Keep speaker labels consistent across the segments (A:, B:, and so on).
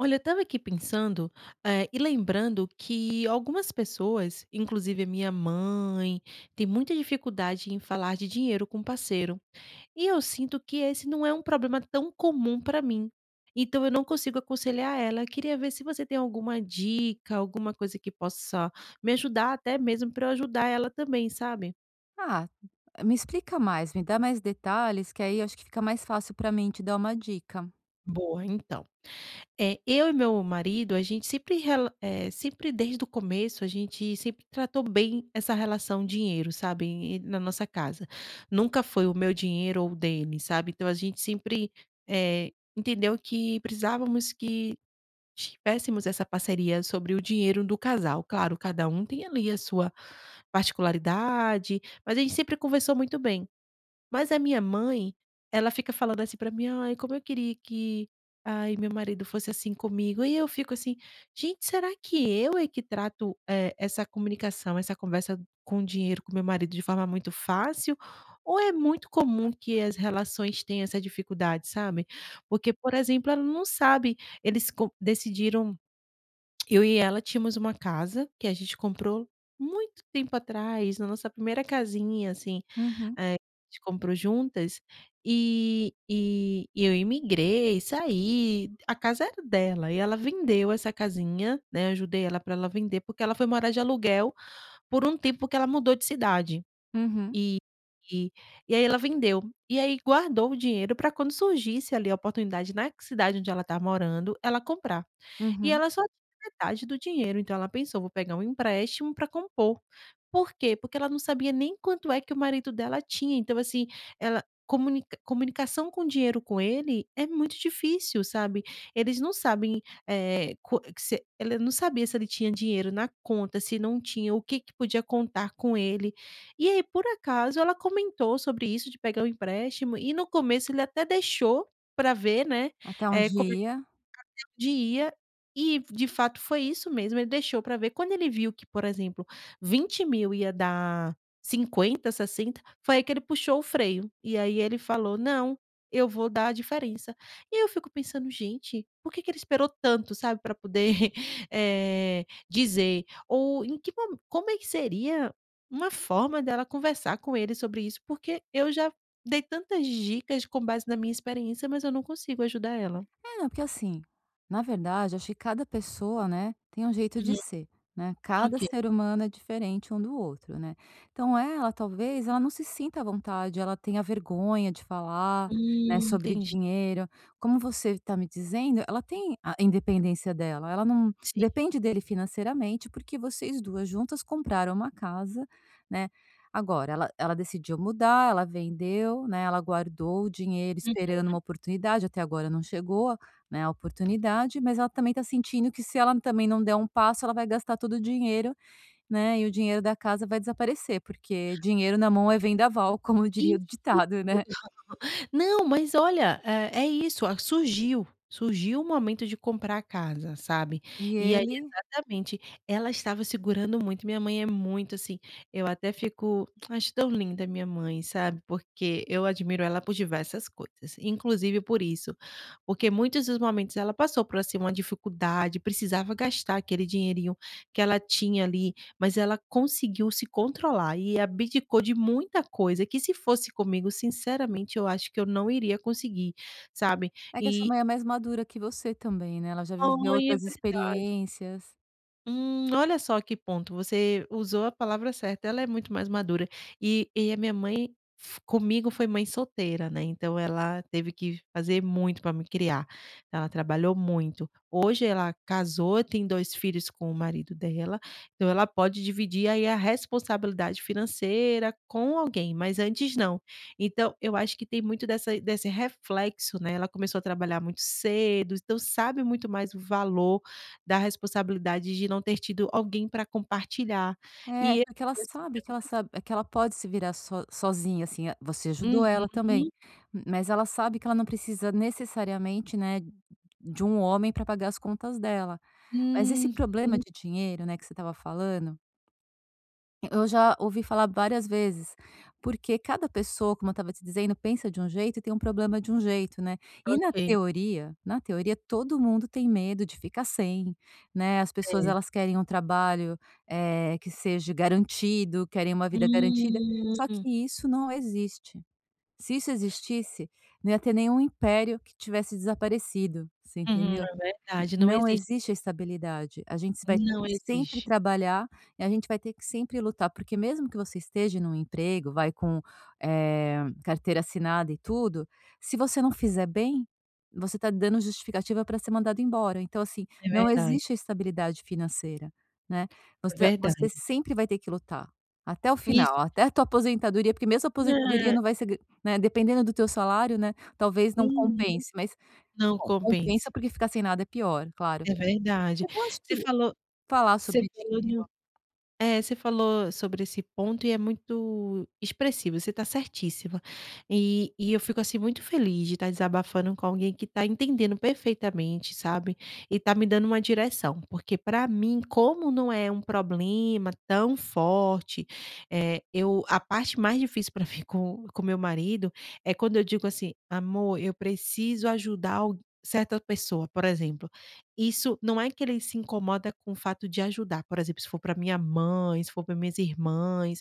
A: Olha, eu estava aqui pensando, e lembrando que algumas pessoas, inclusive a minha mãe, tem muita dificuldade em falar de dinheiro com o parceiro. E eu sinto que esse não é um problema tão comum para mim. Então eu não consigo aconselhar ela. Queria ver se você tem alguma dica, alguma coisa que possa me ajudar, até mesmo para eu ajudar ela também, sabe?
B: Ah, me explica mais, me dá mais detalhes, que aí acho que fica mais fácil para mim te dar uma dica.
A: Boa, então. É, eu e meu marido, a gente sempre sempre desde o começo, a gente sempre tratou bem essa relação dinheiro, sabe, e na nossa casa. Nunca foi o meu dinheiro ou o dele, sabe. Então a gente sempre, entendeu que precisávamos que tivéssemos essa parceria sobre o dinheiro do casal. Claro, cada um tem ali a sua particularidade, mas a gente sempre conversou muito bem. Mas a minha mãe, ela fica falando assim pra mim: "Ai, como eu queria que meu marido fosse assim comigo". E eu fico assim: "Gente, será que eu é que trato, essa comunicação, essa conversa com o dinheiro com meu marido de forma muito fácil, ou é muito comum que as relações tenham essa dificuldade?", sabe. Porque, por exemplo, ela não sabe eles com decidiram eu e ela tínhamos uma casa que a gente comprou muito tempo atrás, na nossa primeira casinha, assim.
B: Uhum,
A: É, a gente comprou juntas, e eu imigrei, saí, a casa era dela e ela vendeu essa casinha, né, ajudei ela para ela vender, porque ela foi morar de aluguel por um tempo que ela mudou de cidade.
B: uhum,
A: E e aí ela vendeu. E aí guardou o dinheiro para quando surgisse ali a oportunidade na cidade onde ela tá morando, ela comprar. E
B: uhum.
A: ela só tinha metade do dinheiro, então ela pensou: "Vou pegar um empréstimo para compor". Por quê? Porque ela não sabia nem quanto é que o marido dela tinha, então assim, ela comunicação com dinheiro com ele é muito difícil, sabe. Eles não sabem, eh, co se ela não sabia se ele tinha dinheiro na conta, se não tinha, o que que podia contar com ele. E aí, por acaso, ela comentou sobre isso de pegar o empréstimo e no começo ele até deixou para ver, né,
B: Até
A: eh,
B: onde
A: como
B: ia?
A: Dia, e de fato foi isso mesmo, ele deixou para ver. Quando ele viu que, por exemplo, 20 mil ia dar 50, 60 foi aí que ele puxou o freio. E aí ele falou: "Não, eu vou dar a diferença". E eu fico pensando: "Gente, por que que ele esperou tanto, sabe, para poder, dizer?" Ou em que mo como é que seria uma forma dela conversar com ele sobre isso? Porque eu já dei tantas dicas com base na minha experiência, mas eu não consigo ajudar ela.
B: É, não, porque assim, na verdade, acho que cada pessoa, né, tem um jeito de
A: Uhum,
B: ser, né? Cada
A: ok.
B: ser humano é diferente um do outro, né? Então ela, talvez, ela não se sinta à vontade, ela tenha vergonha de falar, né, sobre
A: Entendi.
B: dinheiro. Como você está me dizendo, ela tem a independência dela, ela não
A: Sim.
B: depende dele financeiramente, porque vocês duas juntas compraram uma casa, né? Agora, ela decidiu mudar, ela vendeu, né? Ela guardou o dinheiro
A: Hum.
B: esperando uma oportunidade, até agora não chegou, né, a oportunidade, mas ela também está sentindo que se ela também não der um passo, ela vai gastar todo o dinheiro, né, e o dinheiro da casa vai desaparecer, porque dinheiro na mão é vendaval, como diria o ditado, né.
A: Não, mas olha, é isso, ah, surgiu o momento de comprar a casa, sabe.
B: E
A: E aí
B: ele
A: exatamente, ela estava segurando muito, minha mãe é muito assim, eu até fico acho tão linda minha mãe, sabe, porque eu admiro ela por diversas coisas, inclusive por isso, porque muitos dos momentos ela passou por, assim, uma dificuldade, precisava gastar aquele dinheirinho que ela tinha ali. Mas ela conseguiu se controlar e abdicou de muita coisa que se fosse comigo, sinceramente, eu acho que eu não iria conseguir, sabe.
B: é que a sua
A: E
B: mãe é mais madura que você também, né, ela já viveu
A: ai, é
B: outras
A: verdade.
B: experiências.
A: Olha só que ponto, você usou a palavra certa, ela é muito mais madura. E a minha mãe f comigo foi mãe solteira, né, então ela teve que fazer muito para me criar, ela trabalhou muito. Hoje ela casou, tem 2 filhos com o marido dela, então ela pode dividir aí a responsabilidade financeira com alguém, mas antes não. Então eu acho que tem muito dessa desse reflexo, né, ela começou a trabalhar muito cedo, então sabe muito mais o valor da responsabilidade de não ter tido alguém para compartilhar. E
B: É,
A: eu
B: porque ela
A: eu
B: sabe
A: sempre
B: que ela
A: comece
B: sabe que ela pode se virar so sozinha, assim, você ajudou ela também,
A: Uhum,
B: m- mas ela sabe que ela não precisa necessariamente, né, de um homem para pagar as contas dela. Mas esse
A: uhum,
B: problema de dinheiro, né, que você estava falando eu já ouvi falar várias vezes, porque cada pessoa, como eu estava te dizendo, pensa de um jeito e tem um problema de um jeito, né. E na
A: ok.
B: teoria na teoria todo mundo tem medo de ficar sem, né, as pessoas
A: É.
B: elas querem um trabalho, que seja garantido, querem uma vida garantida, só
A: Hum,
B: que isso não existe. Se isso existisse, não ia ter nenhum império que tivesse desaparecido, você
A: uhum,
B: entendeu?
A: é verdade, não
B: Não
A: existe.
B: existe a estabilidade. A gente vai ter
A: Não
B: que sempre
A: existe.
B: trabalhar e a gente vai ter que sempre lutar, porque mesmo que você esteja num emprego, vai com, carteira assinada e tudo, se você não fizer bem, você está dando justificativa para ser mandado embora. Então, assim,
A: É
B: não
A: verdade,
B: existe a estabilidade financeira, né.
A: é
B: Você
A: verdade.
B: sempre vai ter que lutar, até o final,
A: Isso
B: até a tua aposentadoria, porque mesmo a aposentadoria
A: é,
B: não vai ser gr né, dependendo do teu salário, né, talvez não
A: uhum,
B: compense, mas
A: não
B: bom, compensa
A: compensa.
B: porque ficar sem nada é pior, claro.
A: É verdade.
B: Mas eu acho
A: Você
B: que
A: falou
B: falar
A: você
B: sobre
A: falou de um
B: dinheiro
A: É, você falou sobre esse ponto e é muito expressivo, você está certíssima. E eu fico, assim, muito feliz de estar desabafando com alguém que está entendendo perfeitamente, sabe, e está me dando uma direção, porque para mim, como não é um problema tão forte, é eu a parte mais difícil para mim com meu marido é quando eu digo assim: "Amor, eu preciso ajudar alg certa pessoa", por exemplo. Isso não é que ele se incomoda com o fato de ajudar, por exemplo, se for para minha mãe, se for para minhas irmãs,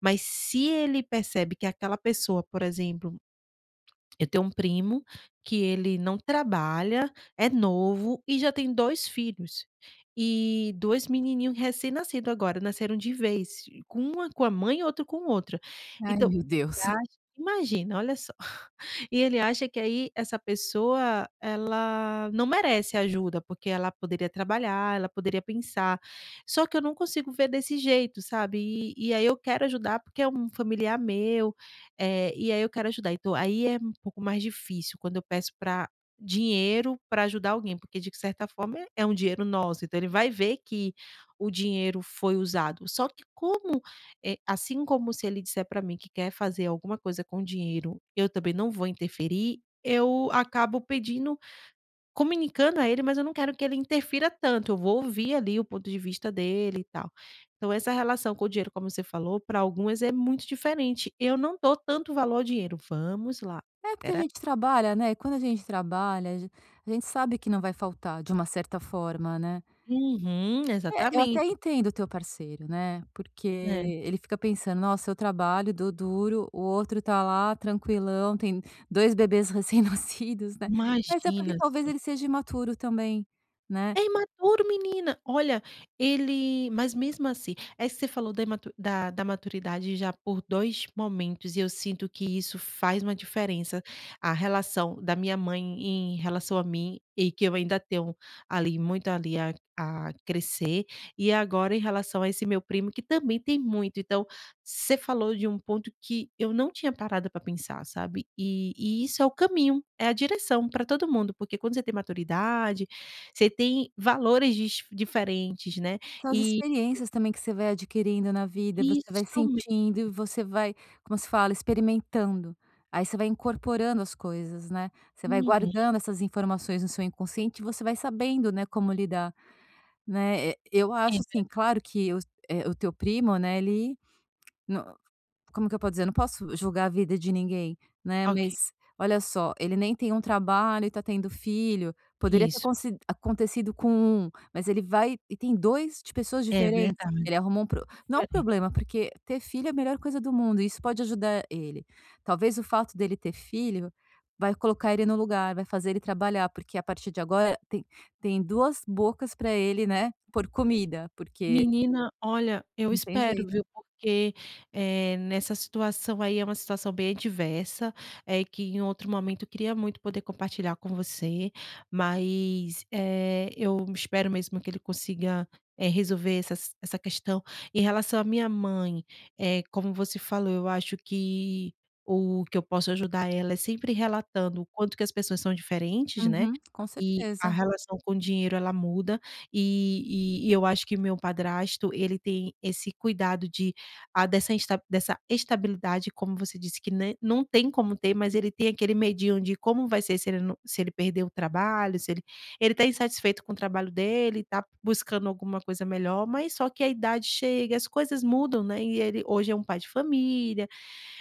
A: mas se ele percebe que aquela pessoa, por exemplo eu tenho um primo que ele não trabalha, é novo e já tem 2 filhos. E 2 menininhos recém nascidos agora, nasceram de vez, com uma com a mãe e outro com outra.
B: ai
A: Então,
B: meu
A: ele
B: Deus.
A: acha imagina, olha só. E ele acha que aí essa pessoa, ela não merece ajuda, porque ela poderia trabalhar, ela poderia pensar. Só que eu não consigo ver desse jeito, sabe. E aí eu quero ajudar porque é um familiar meu, e aí eu quero ajudar. Então aí é um pouco mais difícil quando eu peço para dinheiro para ajudar alguém, porque de certa forma é um dinheiro nosso, então ele vai ver que o dinheiro foi usado. Só que como, assim como se ele disser para mim que quer fazer alguma coisa com dinheiro, eu também não vou interferir, eu acabo pedindo. Comunicando a ele, mas eu não quero que ele interfira tanto, eu vou ouvir ali o ponto de vista dele e tal. Então essa relação com o dinheiro, como você falou, para algumas é muito diferente. Eu não dou tanto valor ao dinheiro, vamos lá,
B: É porque a
A: espera.
B: gente trabalha, né, quando a gente trabalha, a gen a gente sabe que não vai faltar de uma certa forma, né.
A: Uhum,
B: É, eu
A: exatamente.
B: até entendo o teu parceiro, né, porque
A: É,
B: ele fica pensando: "Nossa, eu trabalho, dou duro, o outro tá lá tranquilão, tem 2 bebês recém-nascidos", né. Mas é
A: imagina.
B: porque talvez ele seja imaturo também, né.
A: É imaturo, menina! Olha, ele mas mesmo assim é que você falou da imatu da da maturidade já por 2 momentos e eu sinto que isso faz uma diferença. A relação da minha mãe em relação a mim e que eu ainda tenho ali muito ali a crescer, e agora em relação a esse meu primo que também tem muito. Então, você falou de um ponto que eu não tinha parado para pensar, sabe. E isso é o caminho, é a direção para todo mundo, porque quando você tem maturidade você tem valores dis diferentes, né.
B: São as
A: E
B: experiências também que você vai adquirindo na vida, você vai
A: isso mesmo.
B: sentindo e você vai, como se fala, experimentando. Aí você vai incorporando as coisas, né. Você vai
A: Uhum.
B: guardando essas informações no seu inconsciente e você vai sabendo, né, como lidar, né. Eu acho
A: É,
B: assim, claro que os o teu primo, né, ele como que eu posso dizer? Eu não posso julgar a vida de ninguém, né,
A: ok.
B: mas olha só, ele nem tem um trabalho e tá tendo filho, poderia ter
A: Isso,
B: consi acontecido com um, mas ele vai e tem 2 de pessoas
A: é
B: diferentes,
A: verdade.
B: ele arrumou um pro não é um
A: Diferente.
B: problema, porque ter filho é a melhor coisa do mundo, e isso pode ajudar ele. Talvez o fato dele ter filho vai colocar ele no lugar, vai fazer ele trabalhar, porque a partir de agora tem tem 2 bocas para ele, né, por comida, porque
A: Menina, olha, eu
B: não tem
A: espero,
B: jeito.
A: viu, porque, nessa situação aí é uma situação bem adversa, é que em outro momento eu queria muito poder compartilhar com você, mas, eu espero mesmo que ele consiga, resolver essa questão. Em relação à minha mãe, como você falou, eu acho que o que eu posso ajudar ela é sempre relatando o quanto que as pessoas são diferentes, né,
B: Uhum, com
A: e a
B: certeza.
A: relação com o dinheiro ela muda. E eu acho que meu padrasto, ele tem esse cuidado de dessa estabilidade, como você disse que ne não tem como ter, mas ele tem aquele medinho de como vai ser se ele não se ele perder o trabalho, se ele ele está insatisfeito com o trabalho dele, está buscando alguma coisa melhor, mas só que a idade chega, as coisas mudam, né, e ele hoje é um pai de família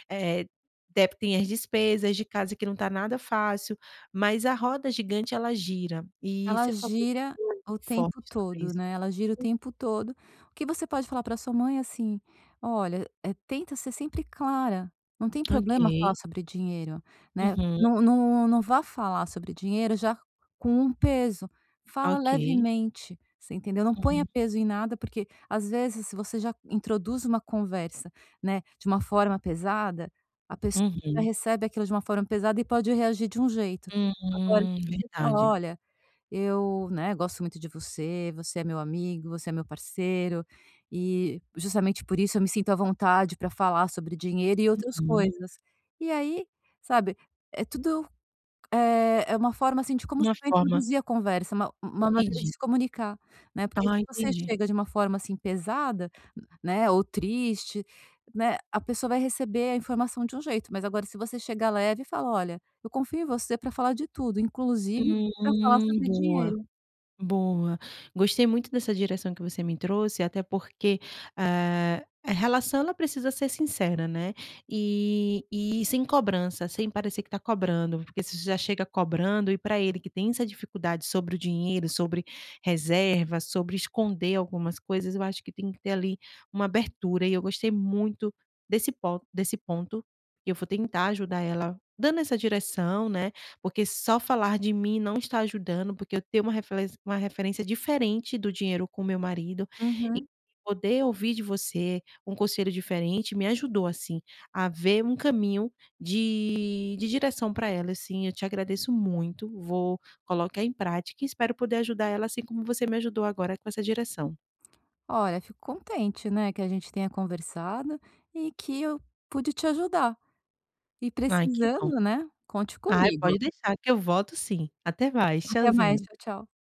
A: eh, dep tem as despesas de casa que não está nada fácil, mas a roda gigante ela gira, e você
B: Ela
A: falou
B: gira
A: muito
B: o tempo
A: forte sobre
B: todo,
A: isso.
B: né, ela gira o tempo todo. O que você pode falar para sua mãe, é assim: "Olha, é tenta ser sempre clara, não tem
A: Ok.
B: problema falar sobre dinheiro, né,
A: Uhum.
B: não vá falar sobre dinheiro já com um peso, fala
A: Ok.
B: levemente", você entendeu? Não ponha
A: Uhum.
B: peso em nada, porque às vezes se você já introduz uma conversa, né, de uma forma pesada, a pessoa já
A: Uhum.
B: recebe aquilo de uma forma pesada e pode reagir de um jeito. Agora se você fala:
A: Verdade.
B: "Olha", eu, né, gosto muito de você, você é meu amigo, você é meu parceiro, e justamente por isso eu me sinto à vontade para falar sobre dinheiro e outras
A: Uhum.
B: coisas. E aí, sabe, é tudo, é uma forma, assim, de como
A: Uma
B: você vai
A: forma
B: introduzir a conversa, uma maneira de
A: entendi.
B: se comunicar, né, porque se
A: Ah,
B: você
A: entendi.
B: chega de uma forma, assim, pesada, né, ou triste, né, a pessoa vai receber a informação de um jeito, mas agora se você chegar leve e fala: "Olha, eu confio em você para falar de tudo, inclusive para falar sobre
A: Boa.
B: dinheiro".
A: Boa. Gostei muito dessa direção que você me trouxe, até porque, ah, a relação ela precisa ser sincera, né, e sem cobrança, sem parecer que tá cobrando, porque se você já chega cobrando e para ele que tem essa dificuldade sobre o dinheiro, sobre reserva, sobre esconder algumas coisas, eu acho que tem que ter ali uma abertura e eu gostei muito desse ponto, e eu vou tentar ajudar ela dando essa direção, né. Porque só falar de mim não está ajudando, porque eu tenho uma referên uma referência diferente do dinheiro com meu marido, e
B: Uhum.
A: poder ouvir de você um conselho diferente me ajudou, assim, a ver um caminho de direção para ela, assim, eu te agradeço muito, vou colocar em prática e espero poder ajudar ela assim como você me ajudou agora com essa direção.
B: Olha, fico contente, né, que a gente tenha conversado e que eu pude te ajudar. E
A: Ai, que bom.
B: precisando, né, conte
A: Ai,
B: comigo.
A: pode deixar que eu volto sim. Até mais,
B: Até mais,
A: tchauzinho.
B: tchau, tchau.